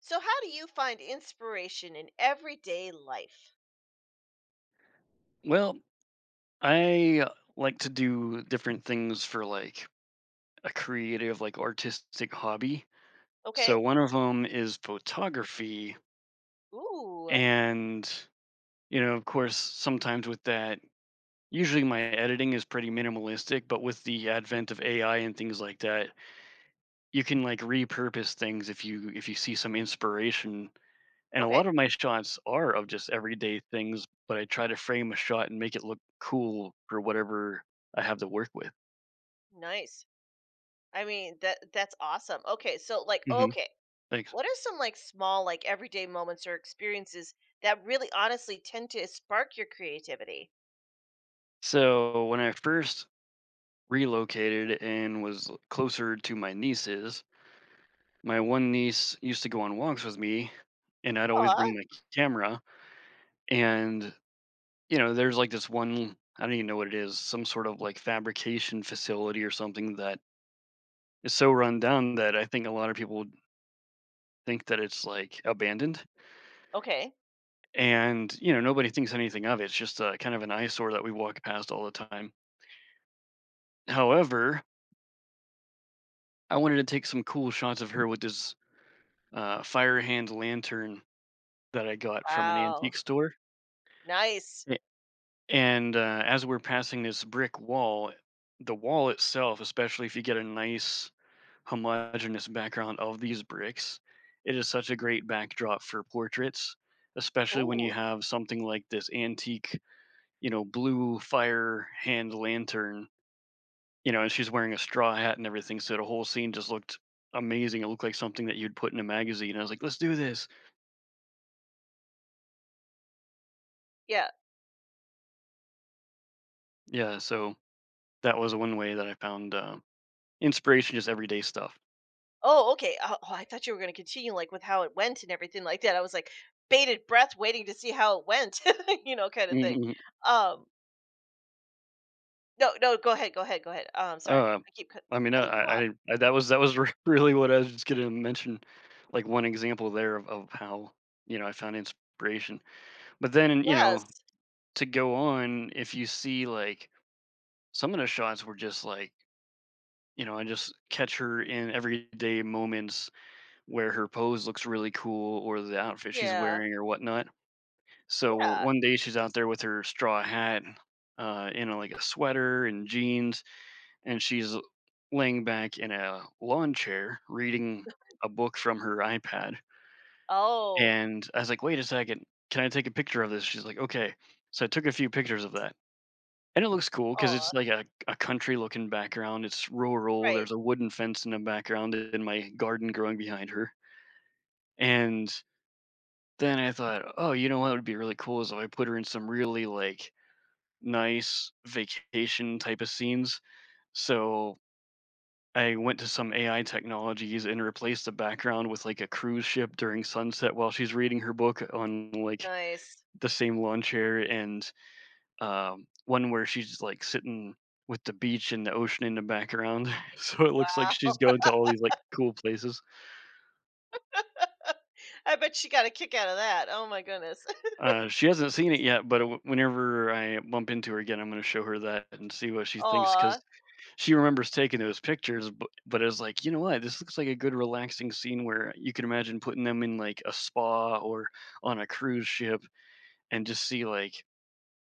So, how do you find inspiration in everyday life? Well, I like to do different things for like a creative, like artistic hobby. Okay. So one of them is photography. Ooh. And, you know, of course, sometimes with that, usually my editing is pretty minimalistic, but with the advent of AI and things like that, you can like repurpose things if you see some inspiration. And a Okay, lot of my shots are of just everyday things, but I try to frame a shot and make it look cool for whatever I have to work with. nice. I mean, that's awesome. Okay, so, like, Mm-hmm. okay, Thanks. what are some, like, small, like, everyday moments or experiences that really honestly tend to spark your creativity? So when I first relocated and was closer to my nieces, my one niece used to go on walks with me, and I'd always Aw. bring my camera. And you know, there's like this one I don't even know what it is, some sort of like fabrication facility or something that is so run down that I think a lot of people think that it's like abandoned. Okay. And you know, nobody thinks anything of it. It's just a, kind of an eyesore that we walk past all the time. However, I wanted to take some cool shots of her with this fire hand lantern that I got from an Wow. antique store. Nice. A- And as we're passing this brick wall, the wall itself, especially if you get a nice homogeneous background of these bricks, it is such a great backdrop for portraits, especially when you Ooh. have something like this antique, you know, blue fire hand lantern. You know, and she's wearing a straw hat and everything, so the whole scene just looked amazing. It looked like something that you'd put in a magazine. I was like, "Let's do this!" Yeah. Yeah, so that was one way that I found, inspiration, just everyday stuff. Oh, okay. Oh, oh, I thought you were going to continue, like, with how it went and everything like that. I was like bated breath waiting to see how it went, kind of thing. Mhm. Um No, no, go ahead, go ahead, go ahead. Sorry. uh, I keep cut I mean, cutting you I off. I I that was r really what I was just gonna mention, like, one example there of how, you know, I found inspiration. But then, you Yes. know, to go on, if you see, like, some of the shots were just, like, you know, I just catch her in everyday moments where her pose looks really cool or the outfit she's Yeah, wearing or whatnot. So yeah. one day she's out there with her straw hat, in a, like a sweater and jeans, and she's laying back in a lawn chair reading a book from her iPad. Oh, And I was like, "Wait a second, can I take a picture of this?" She's like, "Okay." So I took a few pictures of that, and it looks cool because oh. it's like a country looking background. It's rural. Right. There's a wooden fence in the background and my garden growing behind her. And then I thought, oh, you know what would be really cool is if I put her in some really like nice vacation type of scenes. So I went to some AI technologies and replaced the background with like a cruise ship during sunset while she's reading her book on like Nice. the same lawn chair and one where she's like sitting with the beach and the ocean in the background. So it looks like she's Wow. going to all these like cool places. I bet she got a kick out of that. Oh my goodness. She hasn't seen it yet, but whenever I bump into her again, I'm going to show her that and see what she thinks Aw. because she remembers taking those pictures, but it was like, you know what? This looks like a good relaxing scene where you can imagine putting them in like a spa or on a cruise ship and just see like,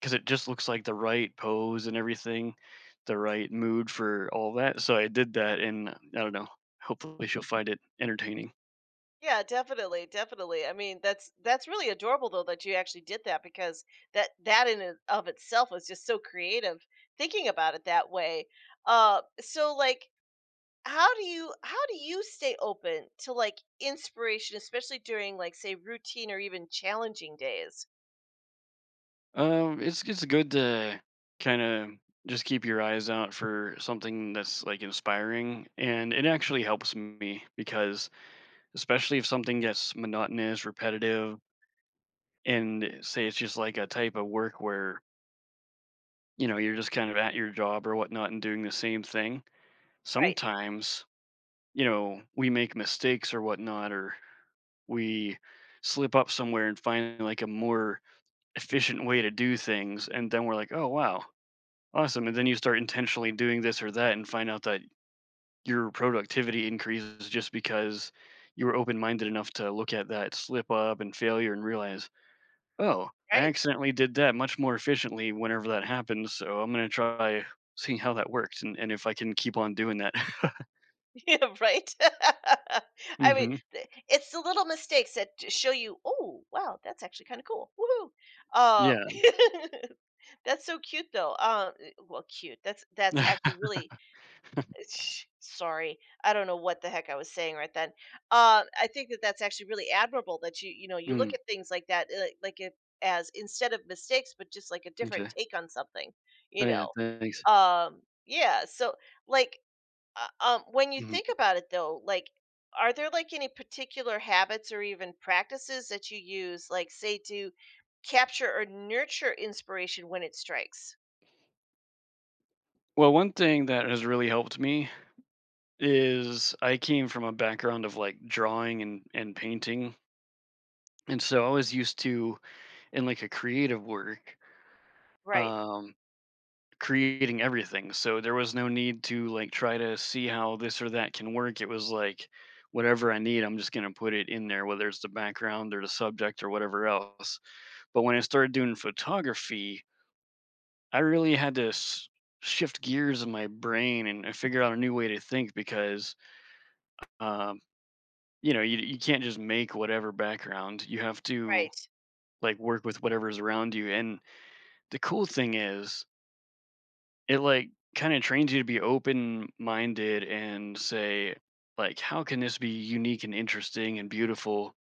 because it just looks like the right pose and everything, the right mood for all that. So I did that, and I don't know. Hopefully, she'll find it entertaining. Yeah, definitely, definitely. I mean, that's really adorable though that you actually did that because that in and of itself was just so creative, thinking about it that way. So, like, how do you stay open to, like, inspiration, especially during, like, say, routine or even challenging days? It's good to kind of just keep your eyes out for something that's like inspiring, and it actually helps me because especially if something gets monotonous, repetitive, and say it's just like a type of work where, you know, you're just kind of at your job or whatnot and doing the same thing. Right, Sometimes, you know, we make mistakes or whatnot, or we slip up somewhere and find like a more efficient way to do things. And then we're like, oh, wow, awesome. And then you start intentionally doing this or that and find out that your productivity increases just because you were open minded enough to look at that slip up and failure and realize, oh, I right. accidentally did that much more efficiently whenever that happens, so I'm gonna try seeing how that worked and if I can keep on doing that. Yeah, right. I mean, Mhm. It's the little mistakes that show you, oh wow, that's actually kind of cool. Woohoo. um Yeah. that's so cute though. Well, cute, that's actually really. Sorry, I don't know what the heck I was saying right then. I think that that's actually really admirable that you look Mm, at things like that, like it, as instead of mistakes but just, like, a different m'kay. take on something, Oh, you yeah, know. thanks. Yeah, so, like, when you Mhm. think about it though, like, are there, like, any particular habits or even practices that you use, like, say, to capture or nurture inspiration when it strikes? Well, one thing that has really helped me is I came from a background of, like, drawing and painting, and so I was used to in, like, a creative work, Right, um creating everything. So there was no need to like try to see how this or that can work. It was like whatever I need, I'm just going to put it in there, whether it's the background or the subject or whatever else. But when I started doing photography, I really had to shift gears in my brain and figure out a new way to think because, um, you know, you can't just make whatever background. You have to right. like work with whatever's around you. And the cool thing is, it like kind of trains you to be open minded and say like how can this be unique and interesting and beautiful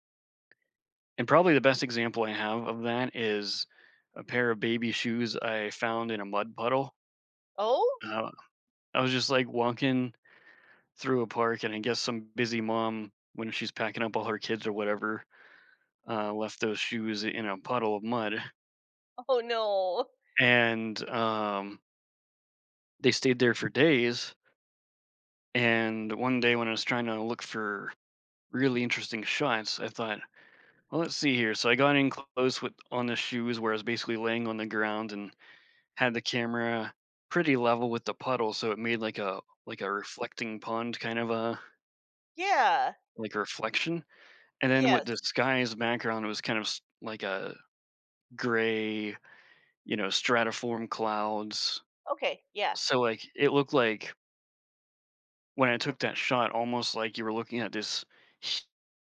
and probably the best example I have of that is a pair of baby shoes I found in a mud puddle. Oh. uh, I was just like walking through a park and I guess some busy mom when she's packing up all her kids or whatever left those shoes in a puddle of mud, Oh no. and they stayed there for days. And one day when I was trying to look for really interesting shots, I thought, well, let's see here. So I got in close with on the shoes where I was basically laying on the ground and had the camera pretty level with the puddle, so it made like a reflecting pond kind of a Yeah. like a reflection. And then with Yes. the sky's background, it was kind of like a gray, you know, stratiform clouds. Okay. Yeah. So like it looked like when I took that shot, almost like you were looking at this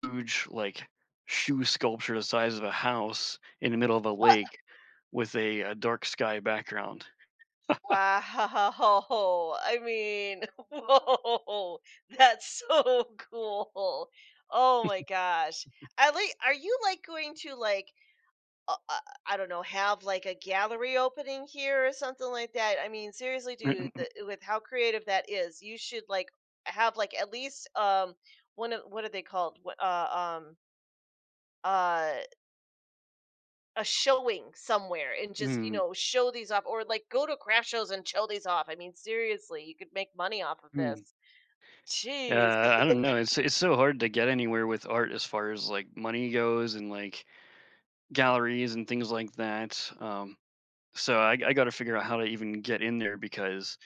huge like shoe sculpture the size of a house in the middle of a lake with a, dark sky background. Wow. I mean, whoa. That's so cool. Oh my gosh. I, like, are you, like, going to, like, uh, uh, I don't know, have, like, a gallery opening here or something like that? I mean, seriously, dude, with how creative that is, you should, like, have, like, at least one of what are they called? What, uh a showing somewhere and just, you Mm, know, show these off, or like go to craft shows and show these off. I mean, seriously, you could make money off of this. mm. Jeez. I don't know. It's so hard to get anywhere with art as far as like money goes and like galleries and things like that. So I got to figure out how to even get in there because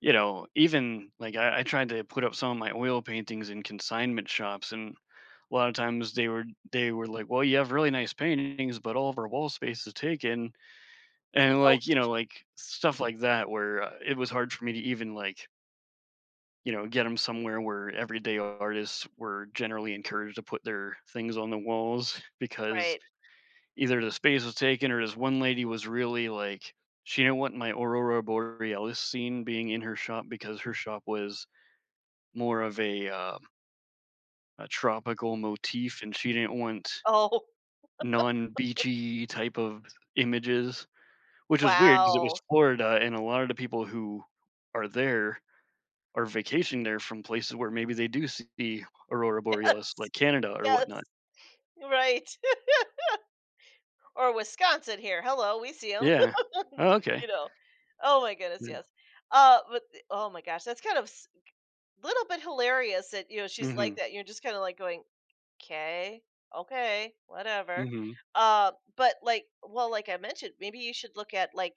you know even like I tried to put up some of my oil paintings in consignment shops, and a lot of times they were like, "Well, you have really nice paintings, but all of our wall space is taken," and Oh, like you know, like stuff like that, where it was hard for me to even like you know get them somewhere where everyday artists were generally encouraged to put their things on the walls because right. either the space was taken or this one lady was really like she didn't want my aurora borealis scene being in her shop because her shop was more of a tropical motif and she didn't want Oh, non-beachy type of images, which was weird because it was wow. Florida, and a lot of the people who are there are vacationing there from places where maybe they do see aurora borealis, Yes, like Canada or whatnot. yes, right. Or Wisconsin here, hello, we see them. Yeah. Oh, okay. You know, oh my goodness, Yeah. yes. But oh my gosh, that's kind of a little bit hilarious that, you know, she's like Mhm. that, you're just kind of like going. Okay. Okay, whatever. Mhm. But, like, well, like I mentioned, maybe you should look at, like,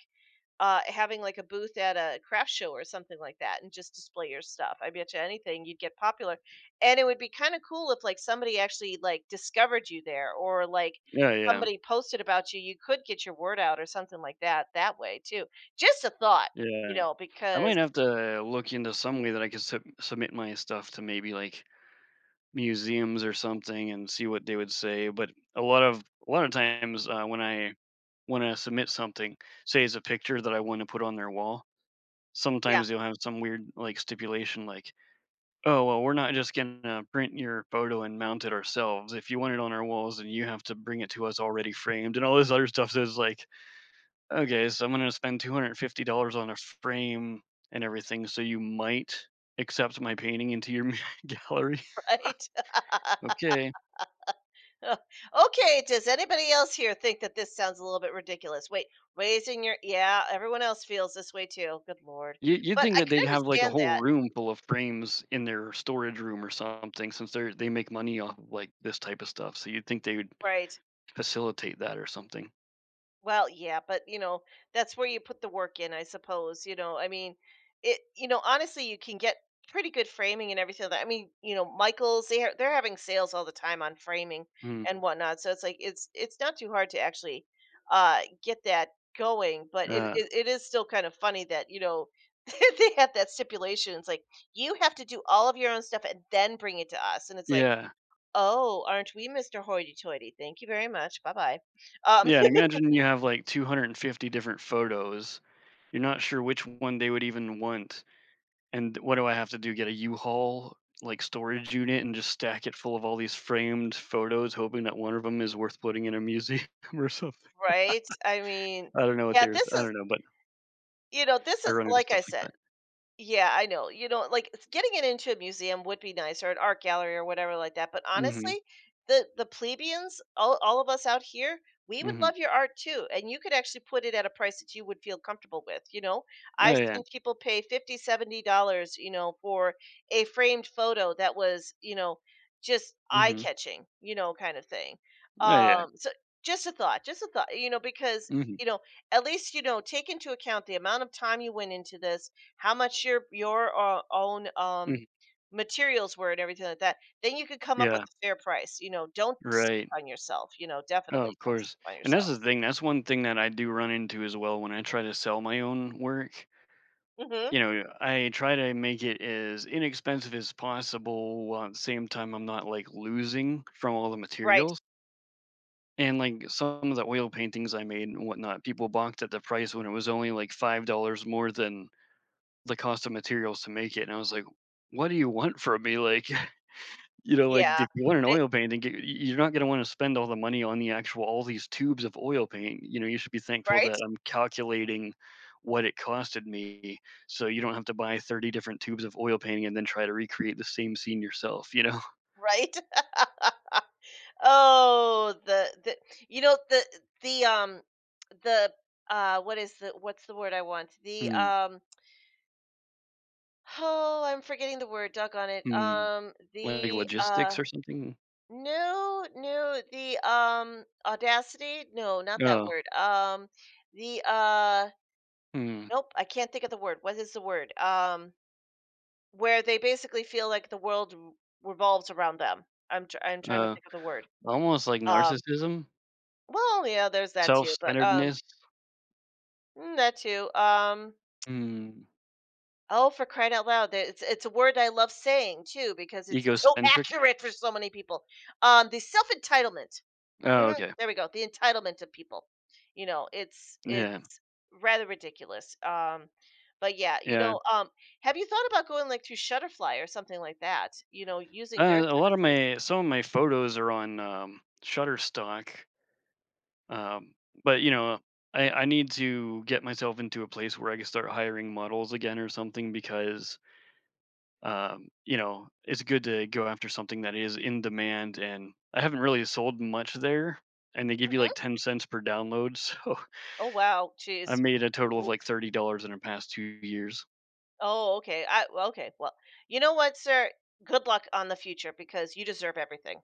having, like, a booth at a craft show or something like that and just display your stuff. I bet you anything you'd get popular, and it would be kinda cool if, like, somebody actually, like, discovered you there, or, like, Yeah, yeah. somebody posted about you, you could get your word out or something like that that way too. Just a thought, you Yeah. know, I because. might have to look into some way that I could sub submit my stuff to maybe, like, museums or something and see what they would say, but a lot of times, when I submit something, say it's a picture that I wanna put on their wall, Yeah, sometimes they'll have some weird, like, stipulation like, "Oh, well, we're not just gonna print your photo and mount it ourselves. If you want it on our walls, then you have to bring it to us already framed," and all this other stuff. So it's like, "Okay, so I'm gonna spend $250 on a frame and everything, so you might accept my painting into your gallery? right? Okay." Okay, does anybody else here think that this sounds a little bit ridiculous? Wait, raising your, yeah, everyone else feels this way too. Good lord. You you'd But think I that could they'd have, like, a understand whole that. room full of frames in their storage room or something since they make money off of, like, this type of stuff, so you'd think they would Right. facilitate that or something. Well, yeah, but, you know, that's where you put the work in, I suppose. You know, I mean, it. You know, honestly, you can get pretty good framing and everything. Like that, I mean, you know, Michaels, they they're having sales all the time on framing and Mm, whatnot. So it's like, it's not too hard to actually get that going. But it uh, it, it is still kind of funny that, you know, they have that stipulation. It's like, you have to do all of your own stuff and then bring it to us, and it's like. yeah. Oh, aren't we Mr. Hoity Toity? Thank you very much. Bye bye. Um, Yeah, and imagine you have, like, 250 different photos. You're not sure which one they would even want, and what do I have to do? Get a U-Haul, like, storage unit and just stack it full of all these framed photos, hoping that one of them is worth putting in a museum or something. Right? I mean, I don't know what yeah, they're this I is, don't know, but you know, this I is run into like I stuff like said, that. yeah, I know. You know, like, getting it into a museum would be nice, or an art gallery or whatever like that. But Mhm. honestly, the plebeians, all of us out here, we would Mhm. love your art too. And you could actually put it at a price that you would feel comfortable with. You know, Oh, I've yeah. seen people pay 50, $70, you know, for a framed photo that was, you know, just eye Mhm. catching, you know, kind of thing. Oh, yeah. So just a thought, you know, because, Mhm. you know, at least, you know, take into account the amount of time you went into this, how much your own Mhm. materials were and everything like that. Then you could come up with Yeah. a fair price. You know, don't skip Right. on yourself. You know, Oh, definitely of don't skip course. on And that's yourself. the thing. That's one thing that I do run into as well when I try to sell my own work. Hmm. You know, I try to make it as inexpensive as possible while at the same time I'm not like losing from all the Right. materials. And like some of the oil paintings I made and whatnot, people balked at the price when it was only like $5 more than the cost of materials to make it. And I was like, what do you want from me? Like, you know, like, Yeah. if you want an They. oil painting, g y you're not gonna wanna spend all the money on the actual all these tubes of oil paint, you know, you should be thankful Right. that I'm calculating what it costed me, so you don't have to buy 30 different tubes of oil painting and then try to recreate the same scene yourself, you know? Right. Oh, the you know, the um the what is the, what's the word I want? The Mm, oh, I'm forgetting the word. Duck on it. mm, like The logistics or something? No, no, the, audacity? No, not that Oh, word. The, mm, nope, I can't think of the word. What is the word? Where they basically feel like the world r revolves around them. I'm tr I'm trying to uh, think of the word. almost like Um, narcissism? well, yeah, there's that too, but, Self-centeredness? mm, that too. Mm, Oh, for crying out loud, that it's a word I love saying too because it's so egocentric? accurate for so many people. The self-entitlement. Oh, Mhm. okay. There we go. The entitlement of people. You know, it's Yeah, rather ridiculous. But yeah, you yeah. know, have you thought about going, like, through Shutterfly or something like that? You know, using their A lot of services. my some of my photos are on Shutterstock, um, but you know, I need to get myself into a place where I can start hiring models again or something because you know it's good to go after something that is in demand, and I haven't really sold much there, and they give you like 10 cents per download, so Oh wow, I geez. made a total of Wo- like $30 in the past 2 years. Oh okay. I, well, okay. Well, you know what, sir? Good luck on the future because you deserve everything.